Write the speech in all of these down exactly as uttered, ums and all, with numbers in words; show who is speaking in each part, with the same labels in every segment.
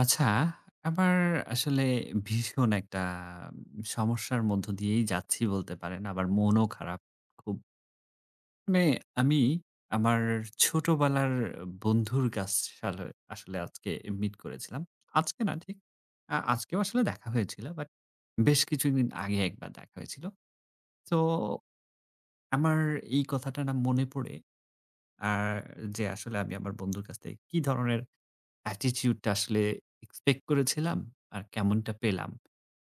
Speaker 1: আচ্ছা, আমার আসলে ভীষণ একটা সমস্যার মধ্য দিয়েই যাচ্ছি বলতে পারেন। আবার মনও খারাপ। খুব মানে আমি আমার ছোটবেলার বন্ধুর কাছ সালে আসলে আজকে মিট করেছিলাম। আজকে না ঠিক আ আজকেও আসলে দেখা হয়েছিল। বাট বেশ কিছুদিন আগে একবার দেখা হয়েছিল। তো আমার এই কথাটা না মনে পড়ে আর যে আসলে আমি আমার বন্ধুর কাছ থেকে কি ধরনের attitude টা আসলে expect করেছিলাম আর কেমনটা পেলাম।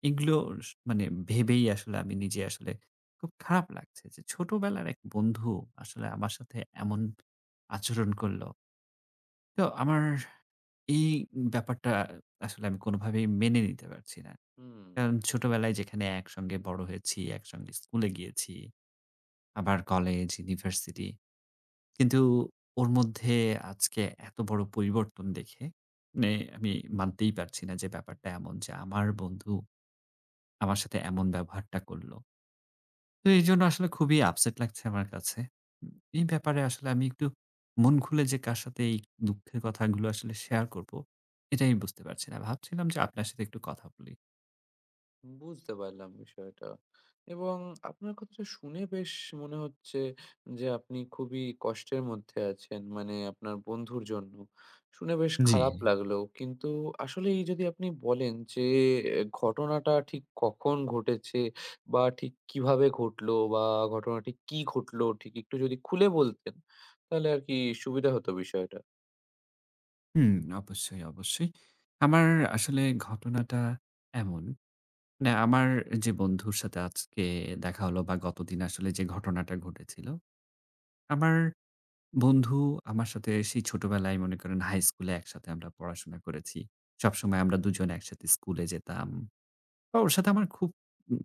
Speaker 1: এগুলো স মানে ভেবেই আসলে আমি নিজে আসলে খুব খারাপ লাগছে যে ছোটবেলার এক বন্ধু আসলে আমার সাথে এমন আচরণ করলো। তো আমার এই ব্যাপারটা আসলে আমি কোনোভাবেই মেনে নিতে পারছি না।
Speaker 2: হুম,
Speaker 1: কারণ ছোটবেলায় যেখানে একসঙ্গে বড় হয়েছি, একসঙ্গে স্কুলে গিয়েছি, আবার কলেজ, ইউনিভার্সিটি কিন্তু ওর মধ্যে আজকে এত বড় পরিবর্তন দেখে মানে আমি মানতেই পারছি না যে ব্যাপারটা এমন যে আমার বন্ধু আমার সাথে এমন ব্যবহারটা করলো। তো এইজন্য আসলে খুবই আপসেট লাগছে আমার কাছে। উম এই ব্যাপারে আসলে আমি একটু মন খুলে যে কার সাথে এই দুঃখের কথাগুলো আসলে শেয়ার করব, এটাই আমি বুঝতে পারছি না। ভাবছিলাম যে আপনার সাথে একটু কথা বলি।
Speaker 2: বুঝতে পারলাম বিষয়টা। এবং আপনার কথাটা শুনে বেশ মনে হচ্ছে যে আপনি খুবই কষ্টের মধ্যে আছেন। মানে আপনার বন্ধুর জন্য। শুনে বেশ
Speaker 1: জি।
Speaker 2: খারাপ লাগলো। কিন্তু আসলেই যদি আপনি বলেন যে এ ঘটনাটা ঠিক কখন ঘটেছে বা ঠিক কিভাবে ঘটলো বা ঘটনাটি কি ঘটলো ঠিক একটু যদি খুলে বলতেন, তাহলে আরকি সুবিধা হতো বিষয়টা।
Speaker 1: হুম, অবশ্যই, অবশ্যই। আমার আসলে ঘটনাটা এমন না, আমার যে বন্ধুর সাথে আজকে দেখা হলো বা গতদিন আসলে যে ঘটনাটা ঘটেছিল। আমার বন্ধু আমার সাথে সেই ছোটবেলায় মনে করেন হাই স্কুলে একসাথে আমরা পড়াশোনা করেছি। সবসময় আমরা দুজন একসাথে স্কুলে যেতাম। বা ওর সাথে আমার খুব,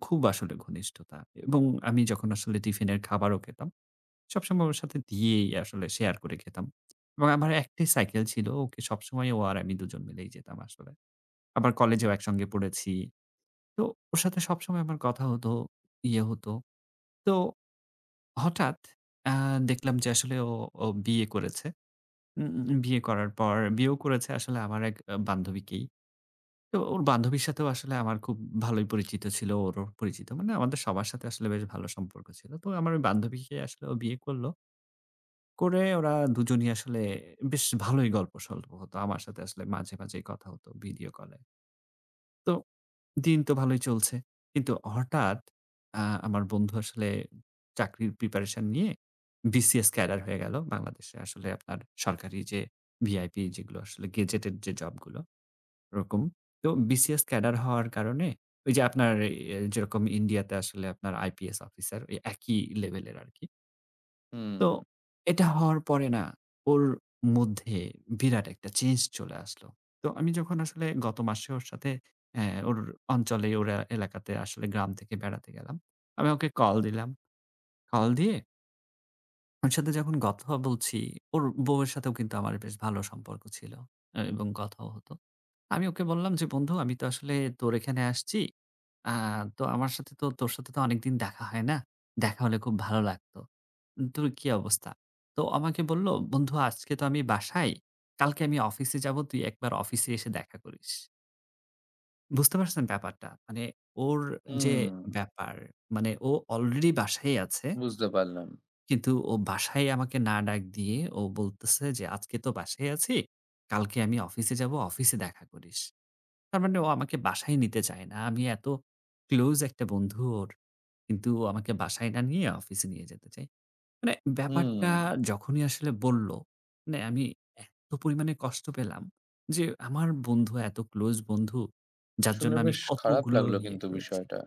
Speaker 1: খুব আসলে ঘনিষ্ঠতা এবং আমি যখন আসলে টিফিনের খাবারও খেতাম, সবসময় ওর সাথে দিয়েই আসলে শেয়ার করে খেতাম। এবং আমার একটাই সাইকেল ছিল। ওকে সবসময় ও আর আমি দুজন মিলেই যেতাম আসলে। আবার কলেজেও একসঙ্গে পড়েছি। তো ওর সাথে সবসময় আমার কথা হতো, ইয়ে হতো। তো হঠাৎ আ দেখলাম যে আসলে ও, ও বিয়ে করেছে। উম উম বিয়ে করার পর বিয়েও করেছে আসলে আমার এক আ বান্ধবীকেই। তো ওর বান্ধবীর সাথেও আসলে আমার খুব ভালোই পরিচিত ছিল, ওরও পরিচিত। মানে আমাদের সবার সাথে আসলে বেশ ভালো সম্পর্ক ছিল। তো আমার ওই বান্ধবীকে আসলে ও বিয়ে করল। করে ওরা দুজনই আসলে বেশ ভালোই গল্পসল্প হতো। আমার সাথে আসলে মাঝে, মাঝেই কথা হতো ভিডিও কলে। তো দিন তো ভালোই চলছে। কিন্তু হঠাৎ আ আমার বন্ধু আসলে চাকরির প্রিপারেশন নিয়ে বি সি এস ক্যাডার হয়ে গেল। বাংলাদেশে আসলে আপনার সরকারি যে ভিআইপি যেগুলো আসলে গেজেটেড যে জবগুলো ওরকম। তো বি সি এস ক্যাডার হওয়ার কারণে ওই যে আপনার এ যেরকম ইন্ডিয়াতে আসলে আপনার আইপিএস অফিসার ওই একই লেভেলের আরকি।
Speaker 2: হুম,
Speaker 1: তো এটা হওয়ার পরে না ওর মধ্যে বিরাট একটা চেঞ্জ চলে আসলো। তো আমি যখন আসলে গত মাসে ওর সাথে অ্যা ওর অঞ্চলে ওর এ এলাকাতে আসলে গ্রাম থেকে বেড়াতে গেলাম। আমি ওকে কল দিলাম। কল দিয়ে ওর সাথে যখন কথা বলছি, ওর বউয়ের সাথেও কিন্তু আমার বেশ ভালো সম্পর্ক ছিল অ্যা এবং কথাও হতো। আমি ওকে বললাম যে, "বন্ধু আমি তো আসলে তোর এখানে আসছি। আ তো আমার সাথে তো তোর সাথে তো অনেকদিন দেখা হয় না। দেখা হলে খুব ভালো লাগতো।" ধুর! কি অবস্থা? তো আমাকে বলল, "বন্ধু আজকে তো আমি বাসায়। কালকে আমি অফিসে যাব। তুই একবার অফিসে এসে দেখা করিস।" বুঝতে পারছেন ব্যাপারটা? মানে ওর যে
Speaker 2: হুম,
Speaker 1: ব্যাপার, মানে ও অলরেডি বাসায় আছে।
Speaker 2: বুঝতে পারলাম।
Speaker 1: কিন্তু ও বাসায় আমাকে না ডাক দিয়ে ও বলতেছে যে, "আজকে তো বাসায় আছি। কালকে আমি অফিসে যাব। অফিসে দেখা করিস।" তার মানে ও আমাকে বাসায় নিতে চায় না। আমি এত ক্লোজ একটা বন্ধু ওর। কিন্তু ও আমাকে বাসায় না নিয়ে অফিসে নিয়ে যেতে চায়। মানে ব্যাপারটা
Speaker 2: হুম।
Speaker 1: যখনই আসলে বলল, মানে আমি এত পরিমাণে কষ্ট পেলাম যে আমার বন্ধু এত ক্লোজ বন্ধু, যার জন্য
Speaker 2: শুনে
Speaker 1: আমি
Speaker 2: বেশ খারাপ
Speaker 1: কতগুলো
Speaker 2: লাগলো
Speaker 1: ইয়ে
Speaker 2: কিন্তু
Speaker 1: করেছি।
Speaker 2: বিষয়টা।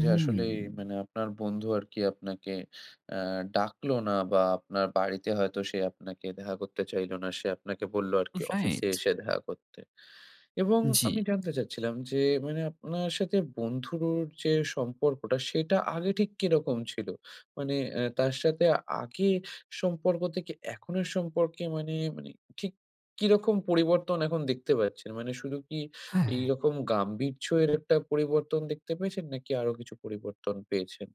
Speaker 2: যে আসলেই মানে আপনার বন্ধু আরকি আপনাকে আ ডাকলো না বা আপনার বাড়িতে হয়তো সে আপনাকে দেখা করতে চাইলো না। সে আপনাকে বললো আরকি অফিসে
Speaker 1: রাইট।
Speaker 2: এসে দেখা করতে। এবং
Speaker 1: জি,
Speaker 2: আমি জানতে চাচ্ছিলাম যে মানে আপনার সাথে বন্ধুর যে সম্পর্কটা সেটা আগে ঠিক কিরকম ছিল? মানে অ্যা তার সাথে আগে সম্পর্ক থেকে এখনের সম্পর্কে মানে, মানে ঠিক কিরকম পরিবর্তন এখন দেখতে পাচ্ছেন? মানে শুধু কি
Speaker 1: হ্যাঁ।
Speaker 2: এইরকম গাম্ভীর্য এর একটা পরিবর্তন দেখতে পেয়েছেন নাকি আরো কিছু পরিবর্তন পেয়েছেন?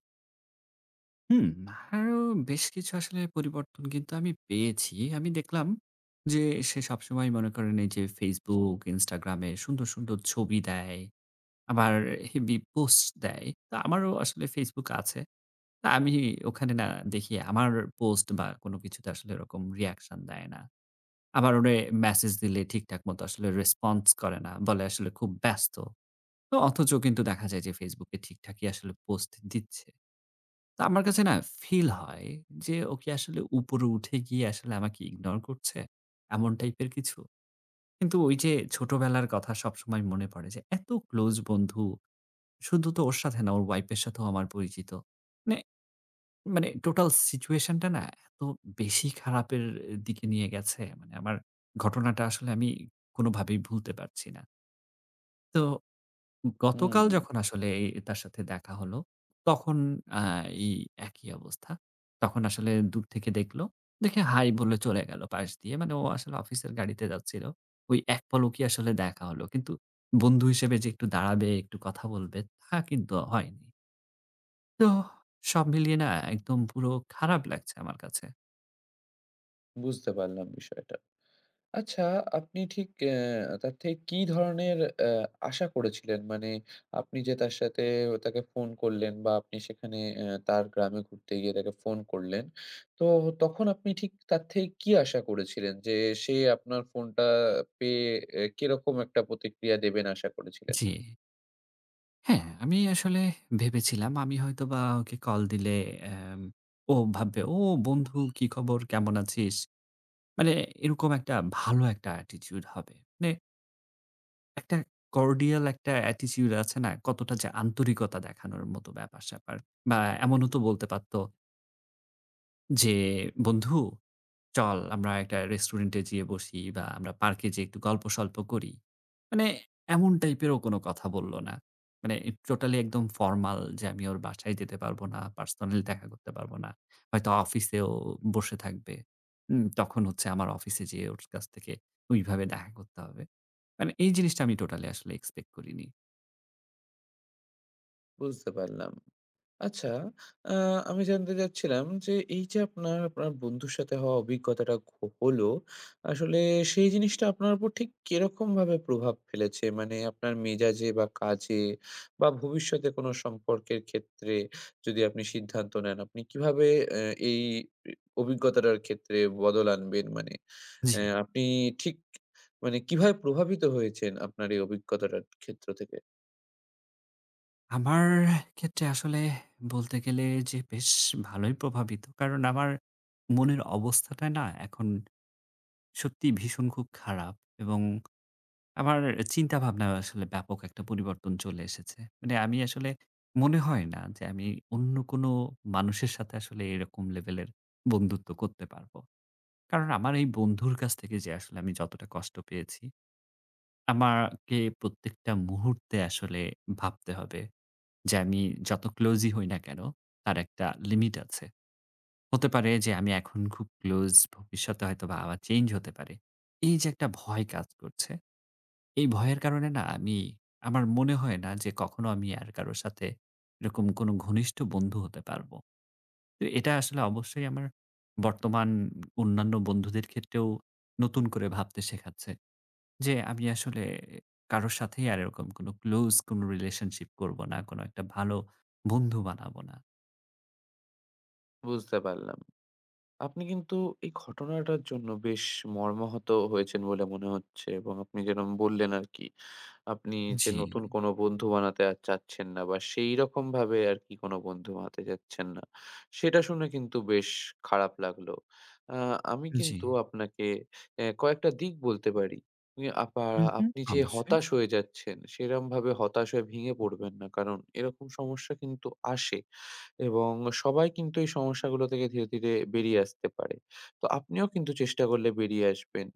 Speaker 1: হুম, আরো বেশ কিছু আসলে পরিবর্তন কিন্তু আমি পেয়েছি। আমি দেখলাম যে সে সবসময় মনে করেন এই যে Facebook, Instagram এ সুন্দর, সুন্দর ছবি দেয়। আবার হেভি পোস্ট দেয়। তো আমারও আসলে Facebook আছে। না, আমি ওখানে না দেখি আমার পোস্ট বা কোনো কিছুতে আসলে এরকম রিঅ্যাকশন দেয় না। আবার ওরে মেসেজ দিলে ঠিকঠাক মতো আসলে রেসপন্স করে না। বলে আসলে খুব ব্যস্ত। তো অথচ কিন্তু দেখা যায় যে Facebook এ ঠিকঠাকই আসলে পোস্ট দিচ্ছে। তো আমার কাছে না ফিল হয় যে ও কি আসলে উপরে উঠে গিয়ে আসলে আমাকে ইগনোর করছে? এমন টাইপের কিছু। কিন্তু ওই যে ছোটবেলার কথা সবসময় মনে পড়ে যে এত ক্লোজ বন্ধু। শুধু তো ওর সাথে না ওর ওয়াইফ এর সাথেও আমার পরিচিত। মানে মানে টোটাল সিচুয়েশনটা না এত বেশি খারাপের দিকে নিয়ে গেছে। মানে আমার ঘটনাটা আসলে আমি কোনোভাবেই ভুলতে পারছি না। তো
Speaker 2: হুম,
Speaker 1: গতকাল যখন আসলে এই তার সাথে দেখা হলো, তখন আ এই একই অবস্থা। তখন আসলে দূর থেকে দেখল। দেখে হাই বলে চলে গেল পাশ দিয়ে। মানে ও আসলে অফিসের গাড়িতে যাচ্ছিল। ওই এক পলকই আসলে দেখা হলো। কিন্তু বন্ধু হিসেবে যে একটু দাঁড়াবে, একটু কথা বলবে, তা কিন্তু হয়নি। তো সব মিলিয়ে না একদম পুরো খারাপ লাগছে আমার কাছে।
Speaker 2: বুঝতে পারলাম বিষয়টা। আচ্ছা, আপনি ঠিক অ্যা তার থেকে কি ধরনের অ্যা আশা করেছিলেন? মানে আপনি যে তার সাথে তাকে ফোন করলেন বা আপনি সেখানে অ্যা তার গ্রামে ঘুরতে গিয়ে তাকে ফোন করলেন। তো তখন আপনি ঠিক তার থেকে কি আশা করেছিলেন? যে সে আপনার ফোনটা পেয়ে অ্যা কিরকম একটা প্রতিক্রিয়া দেবেন আশা করেছিলেন?
Speaker 1: জি। হ্যাঁ, আমি আসলে ভেবেছিলাম আমি হয়তোবা ওকে কল দিলে অ্যাম ও ভাববে, "ও বন্ধু কি খবর? কেমন আছিস?" মানে এরকম একটা ভালো একটা attitude হবে। মানে একটা cordial একটা attitude আছে না? কতটা যে আন্তরিকতা দেখানোর মতো ব্যাপার-স্যাপার। বা এমনও তো বলতে পারত যে, "বন্ধু চল আমরা একটা রেস্টুরেন্টে যেয়ে বসি বা আমরা পার্কে যেয়ে একটু গল্পসল্প করি। মানে এমন টাইপেরও কোনো কথা বলল না। মানে টোটালি একদম ফরমাল যে আমি ওর বাসায় যেতে পারব না, পার্সোনালি দেখা করতে পারব না। হয়তো অফিসেও বসে থাকবে। উম তখন হচ্ছে আমার অফিসে যেয়ে ওর কাছ থেকে ওইভাবে দেখা করতে হবে। মানে এই জিনিসটা আমি টোটালি আসলে এক্সপেক্ট করিনি।
Speaker 2: বুঝতে পারলাম। আচ্ছা, আ আমি জানতে চাচ্ছিলাম যে এই যে আপনার, আপনার বন্ধুর সাথে হওয়া অভিজ্ঞতাটা ঘ হলো, আসলে সেই জিনিসটা আপনার উপর ঠিক কিরকমভাবে প্রভাব ফেলেছে? মানে আপনার মেজাজে বা কাজে বা ভবিষ্যতে কোনো সম্পর্কের ক্ষেত্রে যদি আপনি সিদ্ধান্ত নেন, আপনি কিভাবে অ্যা এই এ অভিজ্ঞতাটার ক্ষেত্রে বদল আনবেন? মানে
Speaker 1: জি,
Speaker 2: অ্যা আপনি ঠিক মানে কিভাবে প্রভাবিত হয়েছেন আপনার এই অভিজ্ঞতাটার ক্ষেত্র থেকে?
Speaker 1: আমার ক্ষেত্রে আসলে বলতে গেলে যে বেশ ভালোই প্রভাবিত। কারণ আমার মনের অবস্থাটা না এখন সত্যিই ভীষণ খুব খারাপ এবং আমার চিন্তা ভাবনায় আসলে ব্যাপক একটা পরিবর্তন চলে এসেছে। মানে আমি আসলে মনে হয় না যে আমি অন্য কোনো মানুষের সাথে আসলে এরকম লেভেলের বন্ধুত্ব করতে পারব। কারণ আমার এই বন্ধুর কাছ থেকে যে আসলে আমি যতটা কষ্ট পেয়েছি, আমাকে প্রত্যেকটা মুহূর্তে আসলে ভাবতে হবে যে আমি যত ক্লোজই হই না কেন তার একটা লিমিট আছে। হতে পারে যে আমি এখন খুব ক্লোজ ভবিষ্যতে হয়তোবা আবার চেঞ্জ হতে পারে। এই যে একটা ভয় কাজ করছে এই ভয়ের কারণে না আমি আমার মনে হয় না যে কখনো আমি আর কারো সাথে এরকম কোনো ঘনিষ্ঠ বন্ধু হতে পারবো। তো এটা আসলে অবশ্যই আমার বর্তমান অন্যান্য বন্ধুদের ক্ষেত্রেও নতুন করে ভাবতে শেখাচ্ছে। যে আমি আসলে কারো সাথেই আর এরকম কোনো ক্লোজ কোনো রিলেশনশিপ করবো না। কোনো একটা ভালো বন্ধু বানাবো না।
Speaker 2: বুঝতে পারলাম। আপনি কিন্তু এই ঘটনাটার জন্য বেশ মর্মাহত হয়েছেন বলে মনে হচ্ছে এবং আপনি যেরকম বললেন আর কি আপনি যে
Speaker 1: জি,
Speaker 2: নতুন কোনো বন্ধু বানাতে আর চাচ্ছেন না বা সেইরকম ভাবে আরকি কোনো বন্ধু বানাতে চাচ্ছেন না। সেটা শুনে কিন্তু বেশ খারাপ লাগলো। আ আমি
Speaker 1: জি।
Speaker 2: কিন্তু আপনাকে অ্যা কয়েকটা দিক বলতে পারি। ই আপা
Speaker 1: হু, হু।
Speaker 2: আপনি যে
Speaker 1: অবশ্যই।
Speaker 2: হতাশ হয়ে যাচ্ছেন, সেরমভাবে হতাশ হয়ে ভেঙে পড়বেন না। কারণ এরকম সমস্যা কিন্তু আসে এবং সবাই কিন্তু এই সমস্যাগুলো থেকে ধীরে, ধীরে বেরিয়ে আসতে পারে। তো আপনিও কিন্তু চেষ্টা করলে বেরিয়ে আসবেন।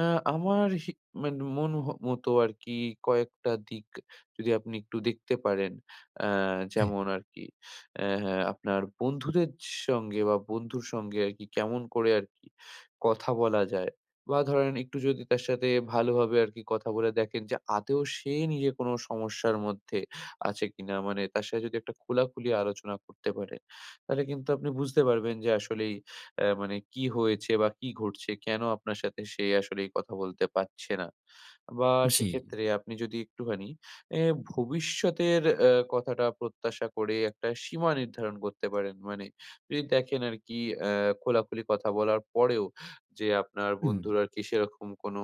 Speaker 2: আ আমার হি মান মন হ মতো আরকি কয়েকটা দিক যদি আপনি একটু দেখতে পারেন। আ
Speaker 1: হ্যাঁ,
Speaker 2: যেমন আরকি আ আপনার বন্ধুদের সঙ্গে বা বন্ধুর সঙ্গে আরকি কেমন করে আরকি কথা বলা যায়? বা ধরেন একটু যদি তার সাথে ভালোভাবে আরকি কথা বলে দেখেন যে আদৌ সে নিজে কোনো সমস্যার মধ্যে আছে কিনা? মানে তার সাথে যদি একটা খোলাখুলি আলোচনা করতে পারেন, তাহলে কিন্তু আপনি বুঝতে পারবেন যে আসলেই আ মানে কি হয়েছে বা কি ঘটছে? কেন আপনার সাথে সে আসলে এই কথা বলতে পারছে না? বা
Speaker 1: জি।
Speaker 2: সেক্ষেত্রে আপনি যদি একটুখানি এ ভবিষ্যতের আ কথাটা প্রত্যাশা করে একটা সীমা নির্ধারণ করতে পারেন। মানে যদি দেখেন আরকি আ খোলাখুলি কথা বলার পরেও যে আপনার
Speaker 1: হুম,
Speaker 2: বন্ধুর আরকি সেরকম কোনো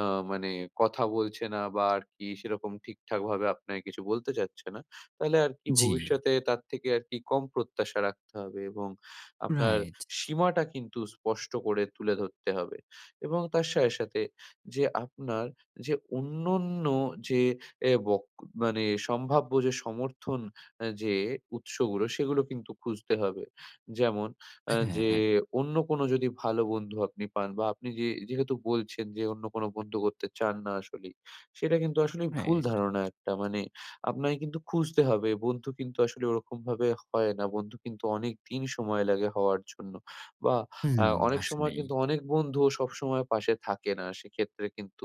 Speaker 2: আ মানে কথা বলছে না বা আরকি সেরকম ঠিকঠাকভাবে আপনাকে কিছু বলতে চাচ্ছে না, তাহলে আরকি
Speaker 1: জি।
Speaker 2: ভবিষ্যতে তার থেকে আরকি কম প্রত্যাশা রাখতে হবে এবং আপনার
Speaker 1: রাইট।
Speaker 2: সীমাটা কিন্তু স্পষ্ট করে তুলে ধরতে হবে এবং তার সাথে, সাথে যে আপনার যে অন্যান্য যে এ বক মানে সম্ভাব্য যে সমর্থন আ যে উৎসগুলো সেগুলো কিন্তু খুঁজতে হবে। যেমন আ যে
Speaker 1: হ্যাঁ,
Speaker 2: অন্য কোনো যদি ভালো বন্ধু আপনি পান বা আপনি যে যেহেতু বলছেন যে অন্য কোনো বন্ধু করতে চান না আসলেই, সেটা কিন্তু আসলেই ভুল
Speaker 1: রাইট।
Speaker 2: ধারণা একটা। মানে আপনাকে কিন্তু খুঁজতে হবে। বন্ধু কিন্তু আসলে ওরকমভাবে হয় না। বন্ধু কিন্তু অনেকদিন সময় লাগে হওয়ার জন্য। বা আ
Speaker 1: হুম,
Speaker 2: অনেক সময়
Speaker 1: আসলেই।
Speaker 2: কিন্তু অনেক বন্ধুও সবসময় পাশে থাকে না। সেক্ষেত্রে কিন্তু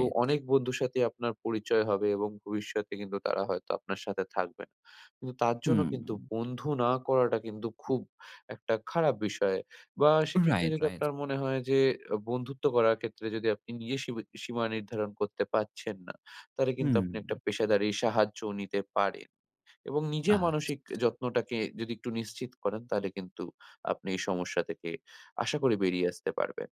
Speaker 2: উ অনেক বন্ধুর সাথে আপনার পরিচয় হবে এবং ভবিষ্যতে কিন্তু তারা হয়তো আপনার সাথে থাকবে না। কিন্তু তার জন্য
Speaker 1: হুম।
Speaker 2: কিন্তু বন্ধু না করাটা কিন্তু খুব একটা খারাপ বিষয়। বা সেক্ষেত্রে
Speaker 1: রাইট,
Speaker 2: যদি
Speaker 1: রাইট।
Speaker 2: আপনার মনে হয় যে আ বন্ধুত্ব করার ক্ষেত্রে যদি আপনি নিজে সীমি সীমা নির্ধারণ করতে পারছেন না, তাহলে কিন্তু
Speaker 1: হুম।
Speaker 2: আপনি একটা পেশাদারি সাহায্যও নিতে পারেন। এবং নিজের
Speaker 1: আচ্ছা,
Speaker 2: মানসিক
Speaker 1: আচ্ছা।
Speaker 2: যত্নটাকে যদি একটু নিশ্চিত করেন তাহলে কিন্তু আপনি এই সমস্যা থেকে আশা করি বেরিয়ে আসতে পারবেন।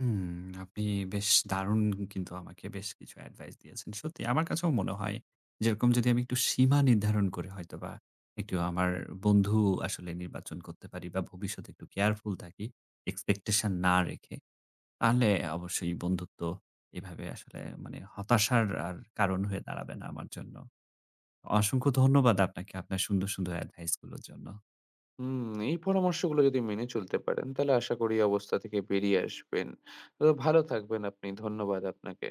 Speaker 1: হুম, আপনি বেশ দারুণ কিন্তু আমাকে বেশ কিছু এডভাইস দিয়েছেন। সত্যি আমার কাছেও মনে হয় যেরকম যদি আমি একটু সীমা নির্ধারণ করে হয়তোবা একটু আমার বন্ধু আসলে নির্বাচন করতে পারি বা ভবিষ্যতে একটু কেয়ারফুল থাকি, এক্সপেকটেশন না রেখে, তাহলে অবশ্যই বন্ধুত্ব এভাবে আসলে মানে হতাশার আর কারণ হয়ে দাঁড়াবে না আমার জন্য। অসংখ্য ধন্যবাদ আপনাকে আপনার সুন্দর, সুন্দর এডভাইস গুলোর জন্য।
Speaker 2: হুম, এই পরামর্শগুলো যদি মেনে চলতে পারেন তাহলে আশা করি এই অবস্থা থেকে বেরিয়ে আসবেন। তো ভালো থাকবেন আপনি। ধন্যবাদ আপনাকে।